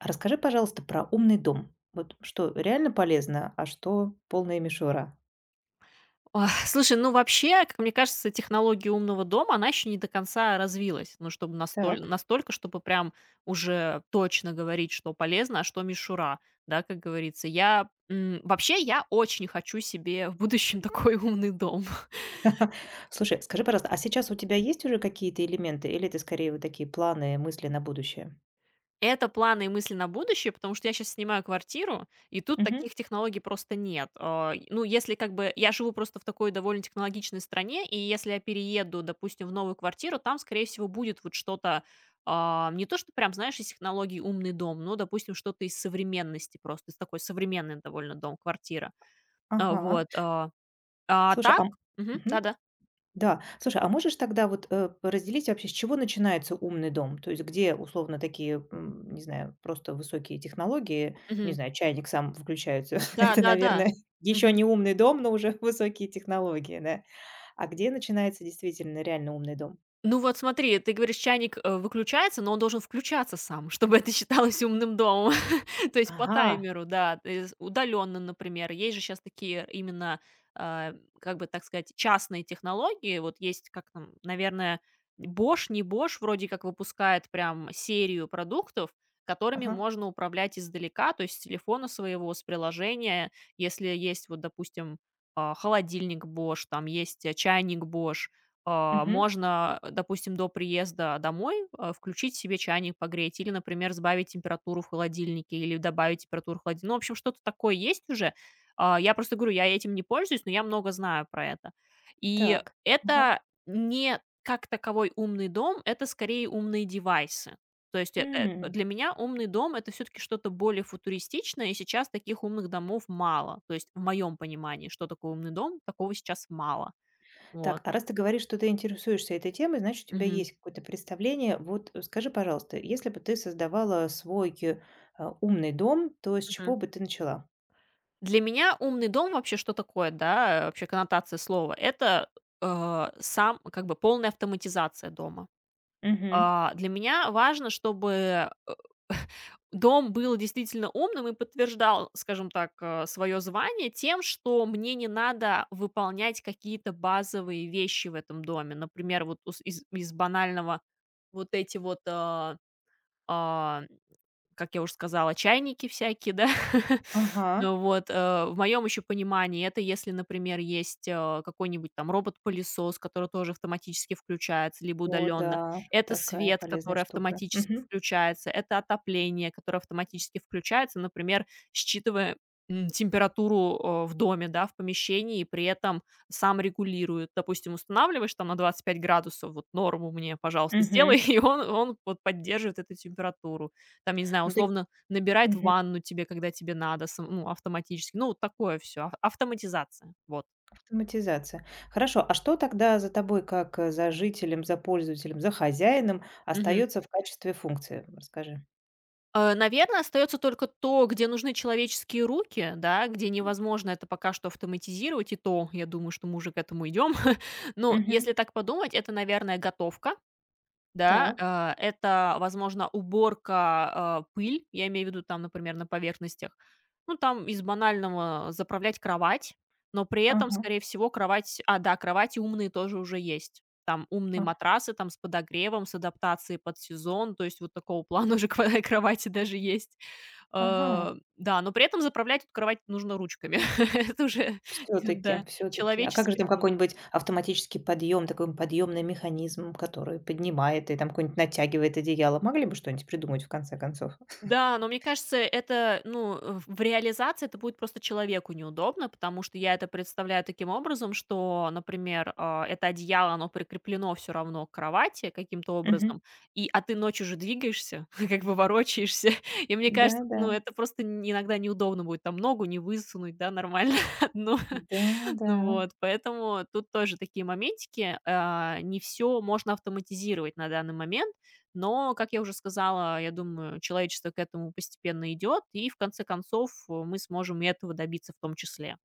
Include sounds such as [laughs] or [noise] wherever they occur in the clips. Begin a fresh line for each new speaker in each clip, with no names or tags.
А расскажи, пожалуйста, про умный дом. Вот что реально полезно, а что полная мишура?
Ох, слушай, ну вообще, как мне кажется, технология умного дома, она еще не до конца развилась. Ну, чтобы настоль
Так.
настолько, чтобы прям уже точно говорить, что полезно, а что мишура, да, как говорится. Вообще, я очень хочу себе в будущем [laughs] такой умный дом.
[laughs] Слушай, скажи, пожалуйста, а сейчас у тебя есть уже какие-то элементы, или это скорее вот такие планы, мысли на будущее?
Это планы и мысли на будущее, потому что я сейчас снимаю квартиру, и тут
Мгм.
таких технологий просто нет. И ну, если как бы я живу просто в такой довольно технологичной стране, и если я перееду, допустим, в новую квартиру, там, скорее всего, будет вот что-то, не то, что прям, знаешь, из технологий умный дом, но, допустим, что-то из современности просто, из такой современный довольно дом, квартира. А,
Ага.
вот, а, а
Слушай,
так
а
Мгм,
мгм.
да-да,
Да. Слушай, а можешь тогда вот разделить вообще, с чего начинается умный дом? То есть где, условно, такие, не знаю, просто высокие технологии, не
мгм,
знаю, чайник сам включается. [laughs] Это,
да-да-да.
наверное, еще не умный дом, но уже [laughs] высокие технологии, да. А где начинается действительно реально умный дом?
Ну вот смотри, ты говоришь, чайник, выключается, но он должен включаться сам, [laughs] чтобы это считалось умным домом. [laughs] То есть по
Ага,
таймеру, да, удаленно, например. Есть же сейчас такие именно, а, как бы так сказать, частные технологии. Вот есть как там, наверное, Bosch, не Bosch вроде как выпускает прям серию продуктов, которыми
ага,
можно управлять издалека, то есть с телефона своего, с приложения. Если есть вот, допустим, холодильник Bosch, там есть, чайник Bosch,
мгм,
можно, допустим, до приезда домой, включить себе чайник погреть или, например, сбавить температуру в холодильнике или добавить температуру в холодильнике. Ну, в общем, что-то такое есть уже. Я просто говорю, я этим не пользуюсь, но я много знаю про это. И
так, ага.
это не как таковой умный дом, это скорее умные девайсы. То есть
М.
для меня умный дом это все-таки что-то более футуристичное, и сейчас таких умных домов мало. То есть в моем понимании, что такое умный дом, такого сейчас мало.
Так,
Вот.
а раз ты говоришь, что ты интересуешься этой темой, значит, у тебя есть какое-то представление. Вот скажи, пожалуйста, если бы ты создавала свой умный дом, то с чего
Мгм.
бы ты начала?
Для меня умный дом вообще что такое, да, вообще коннотация слова? Это, сам как бы полная автоматизация дома.
Мгм.
Для меня важно, чтобы, э, [laughs] дом был действительно умным и подтверждал, скажем так, свое звание тем, что мне не надо выполнять какие-то базовые вещи в этом доме. Например, вот ус из из банального вот эти вот, а, как я уже сказала, чайники всякие, да. [laughs]
Ага.
Ну вот, в моем еще понимании это если, например, есть, какой-нибудь там робот-пылесос, который тоже автоматически включается, либо
О, да,
удаленно. Это
такая
свет,
полезная
который
штука.
автоматически
Мгм.
включается, это отопление, которое автоматически включается, например, считывая, температуру, в доме, да, в помещении, и при этом сам регулирует. Допустим, устанавливаешь там на 25 градусов, вот норму мне, пожалуйста, сделай,
Мгм.
[laughs] и он вот поддерживает эту температуру. Там, я не знаю,
Ну,
условно набирает
мгм.
ванну тебе, когда тебе надо, сам ну, автоматически. Ну, вот такое все автоматизация, вот.
Автоматизация. Хорошо, а что тогда за тобой, как, за жителем, за пользователем, за хозяином
Мгм.
остается в качестве функции? Расскажи.
Наверное, остается только то, где нужны человеческие руки, да, где невозможно это пока что автоматизировать, и то, я думаю, что мы уже к этому идем. [laughs] Но
Мгм.
если так подумать, это, наверное, готовка. Да,
Так.
это, возможно, уборка, пыль, я имею в виду там, например, на поверхностях. Ну, там из банального заправлять кровать, но при этом,
Ага.
скорее всего, кровать да, кровати умные тоже уже есть. Там умные
А.
матрасы, там с подогревом, с адаптацией под сезон, то есть вот такого плана уже [laughs] кровати даже есть.
Ага.
Да, но при этом заправлять эту кровать нужно ручками. [laughs] Это уже,
все
[laughs]
таки
да,
все таки а как же
человеческий
там
труд.
какой-нибудь автоматический подъем, такой подъемный механизм, который поднимает и там какое-нибудь натягивает одеяло? Могли бы что-нибудь придумать в конце концов? [laughs]
Да, но мне кажется, это, ну, в реализации это будет просто человеку неудобно, потому что я это представляю таким образом, что, например, это одеяло, оно прикреплено все равно к кровати каким-то
Мгм.
образом, и ты ночью же двигаешься, [laughs] как бы ворочаешься, [laughs] и мне кажется,
Да-да.
ну, это просто н иногда неудобно будет там ногу не высунуть, да, нормально [laughs] одну.
Да-да.
Ну вот, поэтому тут тоже такие моментики. Не все можно автоматизировать на данный момент, но, как я уже сказала, я думаю, человечество к этому постепенно идет, и в конце концов мы сможем и этого добиться в том числе.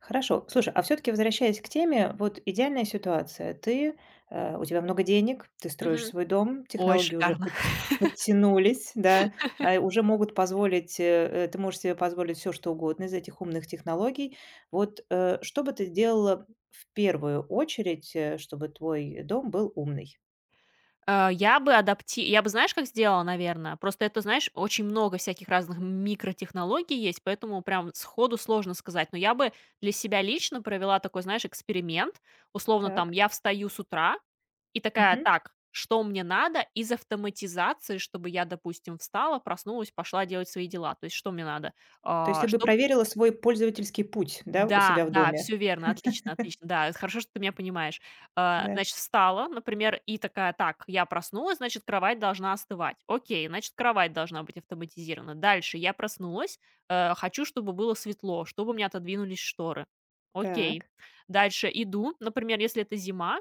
Хорошо. Слушай, а все-таки возвращаясь к теме, вот идеальная ситуация. Ты, у тебя много денег, ты строишь
Мгм.
свой дом,
Ой,
технологии уже
шикарно.
подтянулись, да, уже могут позволить, ты можешь себе позволить все, что угодно из этих умных технологий. Вот что бы ты делала в первую очередь, чтобы твой дом был умный?
Я бы знаешь, как сделала, наверное. Просто это, знаешь, очень много всяких разных микротехнологий есть, поэтому прям сходу сложно сказать. Но я бы для себя лично провела такой, знаешь, эксперимент. Условно, там,
Так.
я встаю с утра и такая:
Мгм.
"Так, что мне надо из автоматизации, чтобы я, допустим, встала, проснулась, пошла делать свои дела?" То есть что мне надо?
То есть
А,
ты бы проверила свой пользовательский путь, да, у
да,
себя в
да,
доме.
все верно, отлично, отлично, да, это хорошо, что ты меня понимаешь.
Да.
Значит, встала, например, и такая: "Так, я проснулась, значит, кровать должна остывать". Окей, значит, кровать должна быть автоматизирована. Дальше я проснулась, хочу, чтобы было светло, чтобы у меня отодвинулись шторы. Окей.
Так.
Дальше иду, например, если это зима,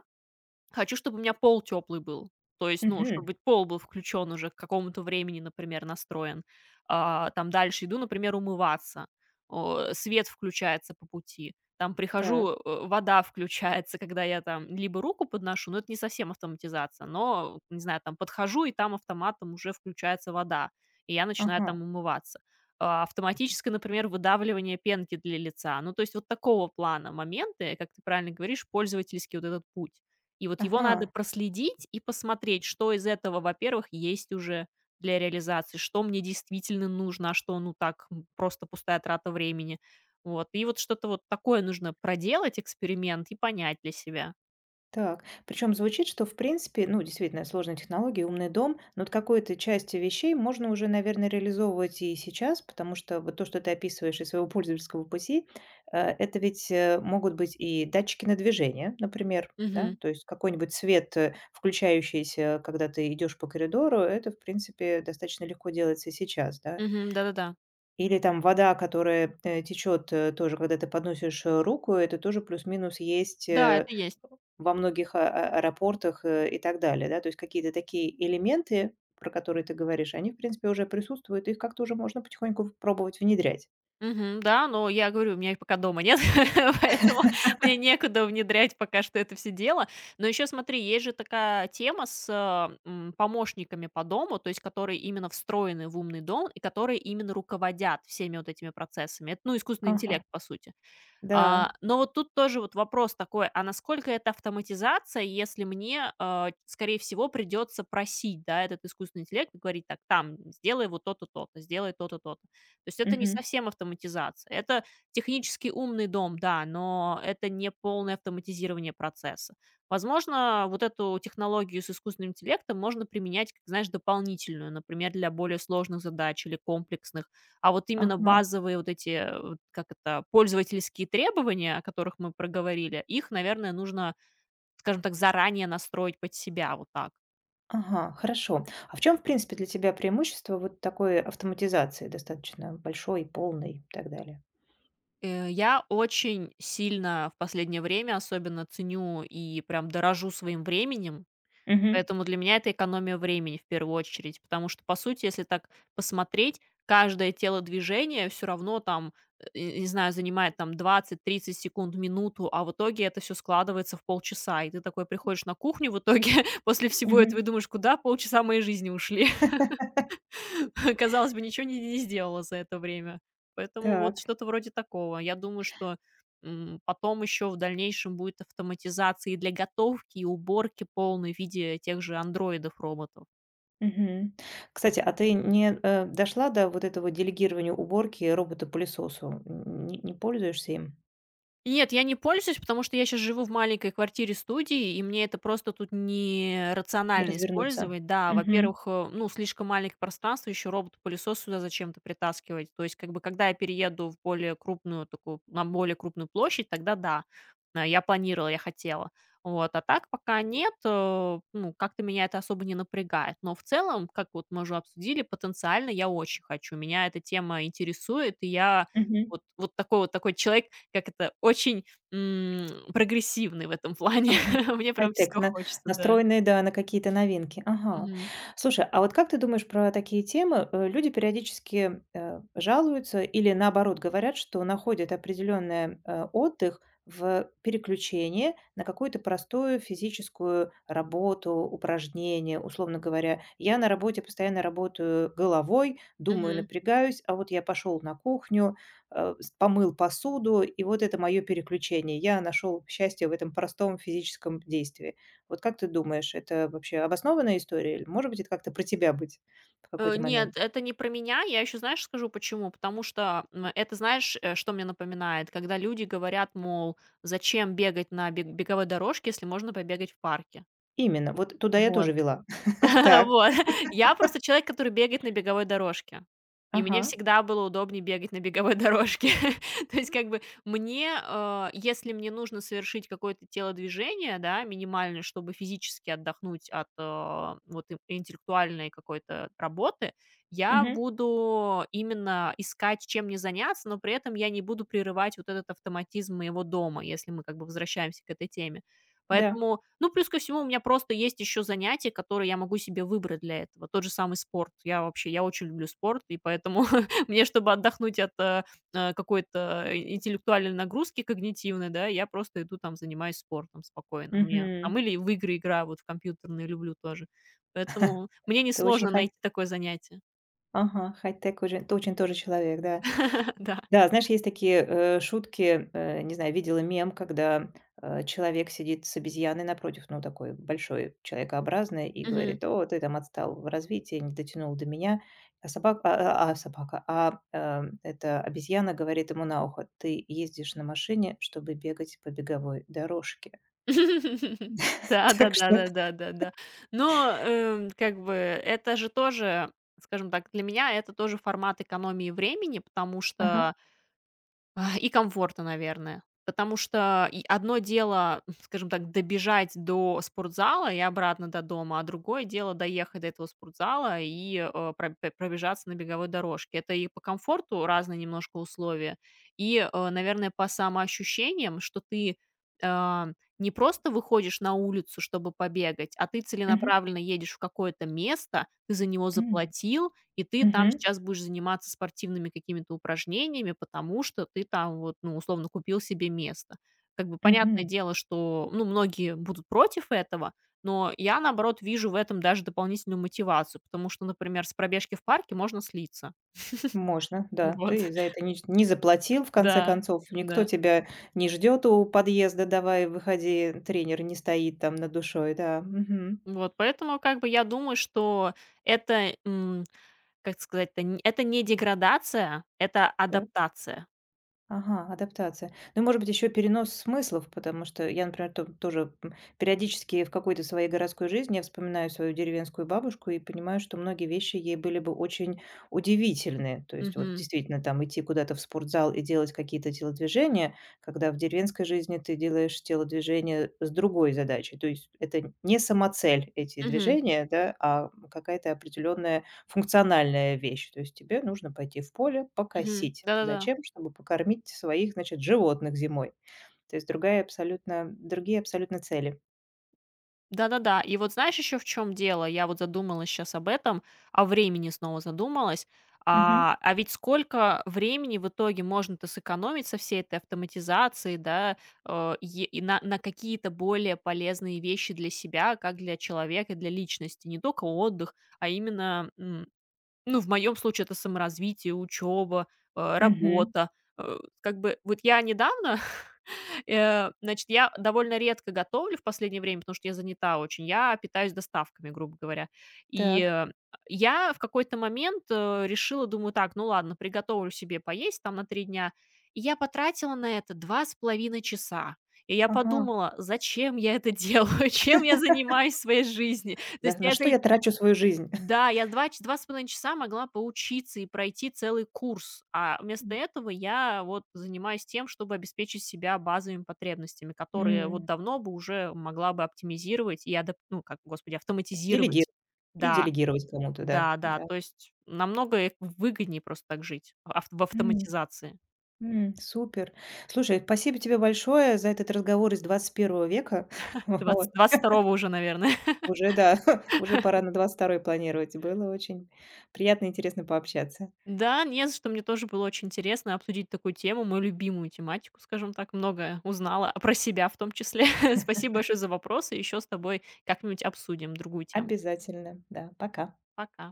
хочу, чтобы у меня пол теплый был. То есть, ну,
Мгм.
чтобы пол был включен уже к какому-то времени, например, настроен. Там дальше иду, например, умываться. О, свет включается по пути. Там
Так.
прихожу, вода [laughs] включается, когда я там либо руку подношу, но это не совсем автоматизация, но, не знаю, там подхожу, и там автоматом уже включается вода, и я начинаю
Ага.
там умываться. Автоматическое, например, выдавливание пенки для лица. Ну, то есть вот такого плана моменты, как ты правильно говоришь, пользовательский вот этот путь. И вот его надо
Ага.
проследить и посмотреть, что из этого, во-первых, есть уже для реализации, что мне действительно нужно, а что, ну, так, просто пустая трата времени. Вот. И вот что-то вот такое нужно проделать, эксперимент, и понять для себя.
Так, причем звучит, что в принципе, ну, действительно, сложная технология, умный дом, но вот какой-то части вещей можно уже, наверное, реализовывать и сейчас, потому что вот то, что ты описываешь из своего пользовательского пути, это ведь могут быть и датчики на движение, например, да,
Мгм.
то есть какой-нибудь свет, включающийся, когда ты идешь по коридору, это, в принципе, достаточно легко делается и сейчас, да.
Мгм. Да-да-да.
Или там вода, которая течет тоже, когда ты подносишь руку, это тоже плюс-минус есть
Да, это есть.
во многих аэропортах, и так далее, да. То есть какие-то такие элементы, про которые ты говоришь, они, в принципе, уже присутствуют, их как-то уже можно потихоньку пробовать внедрять.
Мгм. Да, но я говорю, у меня их пока дома нет, [laughs] поэтому мне некуда внедрять пока что это все дело. Но еще смотри, есть же такая тема с помощниками по дому, то есть которые именно встроены в умный дом и которые именно руководят всеми вот этими процессами. Это, ну, искусственный
Ага,
интеллект, по сути.
да,
Но вот тут тоже вот вопрос такой, а насколько это автоматизация, если мне, скорее всего, придется просить, да, этот искусственный интеллект, и говорить так, там, сделай вот то-то, то-то, сделай то-то, то-то. То есть это не
мгм,
совсем автоматизация. Это технически умный дом, да, но это не полное автоматизирование процесса. Возможно, вот эту технологию с искусственным интеллектом можно применять, как, знаешь, дополнительную, например, для более сложных задач или комплексных, вот именно
ага,
базовые вот эти, вот как это, пользовательские требования, о которых мы проговорили, их, наверное, нужно, скажем так, заранее настроить под себя вот так.
ага, хорошо. А в чем, в принципе, для тебя преимущество вот такой автоматизации, достаточно большой, полной и так далее?
Я очень сильно в последнее время особенно ценю и прям дорожу своим временем.
Мгм,
Поэтому для меня это экономия времени в первую очередь, потому что, по сути, если так посмотреть, каждое телодвижение все равно там, и не знаю, занимает там двадцать-тридцать секунд, минуту, а в итоге это все складывается в полчаса. И ты такой приходишь на кухню в итоге [laughs] после всего
мгм.
этого и думаешь: "Куда полчаса моей жизни ушли?"
[laughs]
[laughs] Казалось бы, ничего не сделала за это время. Поэтому вот
Так,
что-то вроде такого. Я думаю, что, потом еще в дальнейшем будет автоматизация и для готовки, и уборки полной в виде тех же андроидов-роботов.
мгм. Кстати, а ты не, дошла до вот этого делегирования уборки роботу-пылесосу? Н не не пользуешься им?
Нет, я не пользуюсь, потому что я сейчас живу в маленькой квартире-студии, и мне это просто тут не
Не
рационально
развернуться.
использовать. Да,
Мгм.
во-первых, ну, слишком маленькое пространство, еще робот-пылесос сюда зачем-то притаскивать. То есть, как бы, когда я перееду в более крупную такую, на более крупную площадь, тогда да, я планировала, я хотела. Вот, а так пока нет, ну, как-то меня это особо не напрягает. Но в целом, как вот мы уже обсудили, потенциально я очень хочу. Меня эта тема интересует, и я
Мгм.
вот такой человек, как это, очень, м, прогрессивный в этом плане.
Ага.
[laughs] Мне прям
Хай-тек,
все
на
хочется, да.
настроенные, да, на какие-то новинки. Ага.
Мгм.
Слушай, а вот как ты думаешь про такие темы? Люди периодически, жалуются или, наоборот, говорят, что находят определенный отдых в переключении на какую-то простую физическую работу, упражнение. Условно говоря, я на работе постоянно работаю головой, думаю,
Мгм.
напрягаюсь, а вот я пошел на кухню, с помыл посуду, и вот это мое переключение. Я нашел счастье в этом простом физическом действии. Вот как ты думаешь, это вообще обоснованная история? Или, может быть, это как-то про тебя быть в какой-то момент?
Нет, это не про меня. Я еще, знаешь, скажу почему. Потому что, это, знаешь, что мне напоминает? Когда люди говорят, мол: "Зачем бегать на беговой дорожке, если можно побегать в парке?"
Именно, вот туда я тоже
Вот.
вела. [laughs]
[laughs]
Так,
Вот. Я просто человек, который бегает на беговой дорожке. И
ага,
мне всегда было удобнее бегать на беговой дорожке. [laughs] То есть, как бы мне, если мне нужно совершить какое-то телодвижение, да, минимальное, чтобы физически отдохнуть от вот интеллектуальной какой-то работы, я
мгм,
буду именно искать, чем мне заняться, но при этом я не буду прерывать вот этот автоматизм моего дома, если мы как бы возвращаемся к этой теме.
да,
Поэтому, ну, плюс ко всему, у меня просто есть еще занятия, которые я могу себе выбрать для этого. Тот же самый спорт. Я вообще, я очень люблю спорт, и поэтому [laughs] мне, чтобы отдохнуть от какой-то интеллектуальной нагрузки когнитивной, да, я просто иду там занимаюсь спортом спокойно. Мне там
мгм.
или в игры играю, вот в компьютерные люблю тоже. Поэтому мне
Ты очень
несложно
хай...
найти такое занятие.
Ага, хай-тек уже, ты очень тоже человек, да.
[laughs] Да.
Да, знаешь, есть такие, шутки, не знаю, видела мем, когда, человек сидит с обезьяной напротив, ну, такой большой, человекообразный, и говорит: "О, ты там отстал в развитии, не дотянул до меня". А собак а собака, эта обезьяна говорит ему на ухо: "Ты ездишь на машине, чтобы бегать по беговой дорожке".
[laughs]
[laughs]
Да, да,
Так
да,
что
да, да, да, да. Но, как бы это же тоже, скажем так, для меня это тоже формат экономии времени, потому
Ага.
что и комфорта, наверное. Потому что и одно дело, [laughs] скажем так, добежать до спортзала и обратно до дома, а другое дело доехать до этого спортзала и пробежаться на беговой дорожке. Это и по комфорту разные немножко условия, и, наверное, по самоощущениям, что ты а, не просто выходишь на улицу, чтобы побегать, а ты
Мгм.
целенаправленно едешь в какое-то место, ты за него
М.
заплатил, и ты там
Мгм.
сейчас будешь заниматься спортивными какими-то упражнениями, потому что ты там вот, ну, условно, купил себе место. Как бы понятное
Мгм.
дело, что, ну, многие будут против этого, но я, наоборот, вижу в этом даже дополнительную мотивацию, потому что, например, с пробежки в парке можно слиться.
Можно, да.
Вот,
Ты за
[laughs]
это не заплатил, в конце
да,
концов. Никто
да.
тебя не ждет у подъезда: "Давай, выходи". Тренер не стоит там над душой, да. Мгм.
Вот, поэтому как бы я думаю, что это, как сказать-то, это не деградация, это
Да.
адаптация.
Ага, адаптация. Ну, и, может быть, еще перенос смыслов, потому что я, например, тоже периодически в какой-то своей городской жизни я вспоминаю свою деревенскую бабушку и понимаю, что многие вещи ей были бы очень удивительны. То есть вот
Мгм.
действительно там идти куда-то в спортзал и делать какие-то телодвижения, когда в деревенской жизни ты делаешь телодвижения с другой задачей. То есть это не самоцель эти
Мгм.
движения, да, а какая-то определенная функциональная вещь. То есть тебе нужно пойти в поле
Мгм.
покосить.
Да-да-да.
Зачем? Чтобы покормить своих, значит, животных зимой. То есть другая абсолютно другие абсолютно цели.
Да-да-да. И вот знаешь еще в чем дело? Я вот задумалась сейчас об этом, о времени снова задумалась.
Мгм.
Ведь сколько времени в итоге можно-то сэкономить со всей этой автоматизацией, да, э, е и на какие-то более полезные вещи для себя, как для человека, для личности. Не только отдых, а именно, ну, в моем случае это саморазвитие, учеба,
Мгм.
работа. Э, как бы вот я недавно значит, я довольно редко готовлю в последнее время, потому что я занята очень. Я питаюсь доставками, грубо говоря. И,
Так.
я в какой-то момент, решила, думаю: "Так, ну ладно, приготовлю себе поесть там на 3 дня". И я потратила на это 2,5 часа. И я
Ага.
подумала: "Зачем я это делаю? [laughs] Чем я занимаюсь в своей жизни?" То
Да,
есть
на
я за
что я трачу свою жизнь?
да, я 2,5 часа могла поучиться и пройти целый курс, а вместо
[laughs]
этого я вот занимаюсь тем, чтобы обеспечить себя базовыми потребностями, которые вот
М.
давно бы уже могла бы оптимизировать и адап ну, как, господи, автоматизировать.
Делегировать. И
Да,
делегировать кому-то, да,
да-да,
да.
то есть намного, выгоднее просто так жить, ав в
М,
автоматизации.
супер. Слушай, спасибо тебе большое за этот разговор из 21-го века.
[laughs]
[laughs]
двадцать
Вот.
двадцать второго уже, наверное.
Уже, да, [laughs] уже пора на 22-й планировать. Было очень приятно и интересно пообщаться.
Да, не за что. Мне тоже было очень интересно обсудить такую тему, мою любимую тематику, скажем так. Многое узнала про себя в том числе. [laughs] Спасибо большое за вопросы. Еще с тобой как-нибудь обсудим другую тему.
Обязательно, да. Пока.
Пока.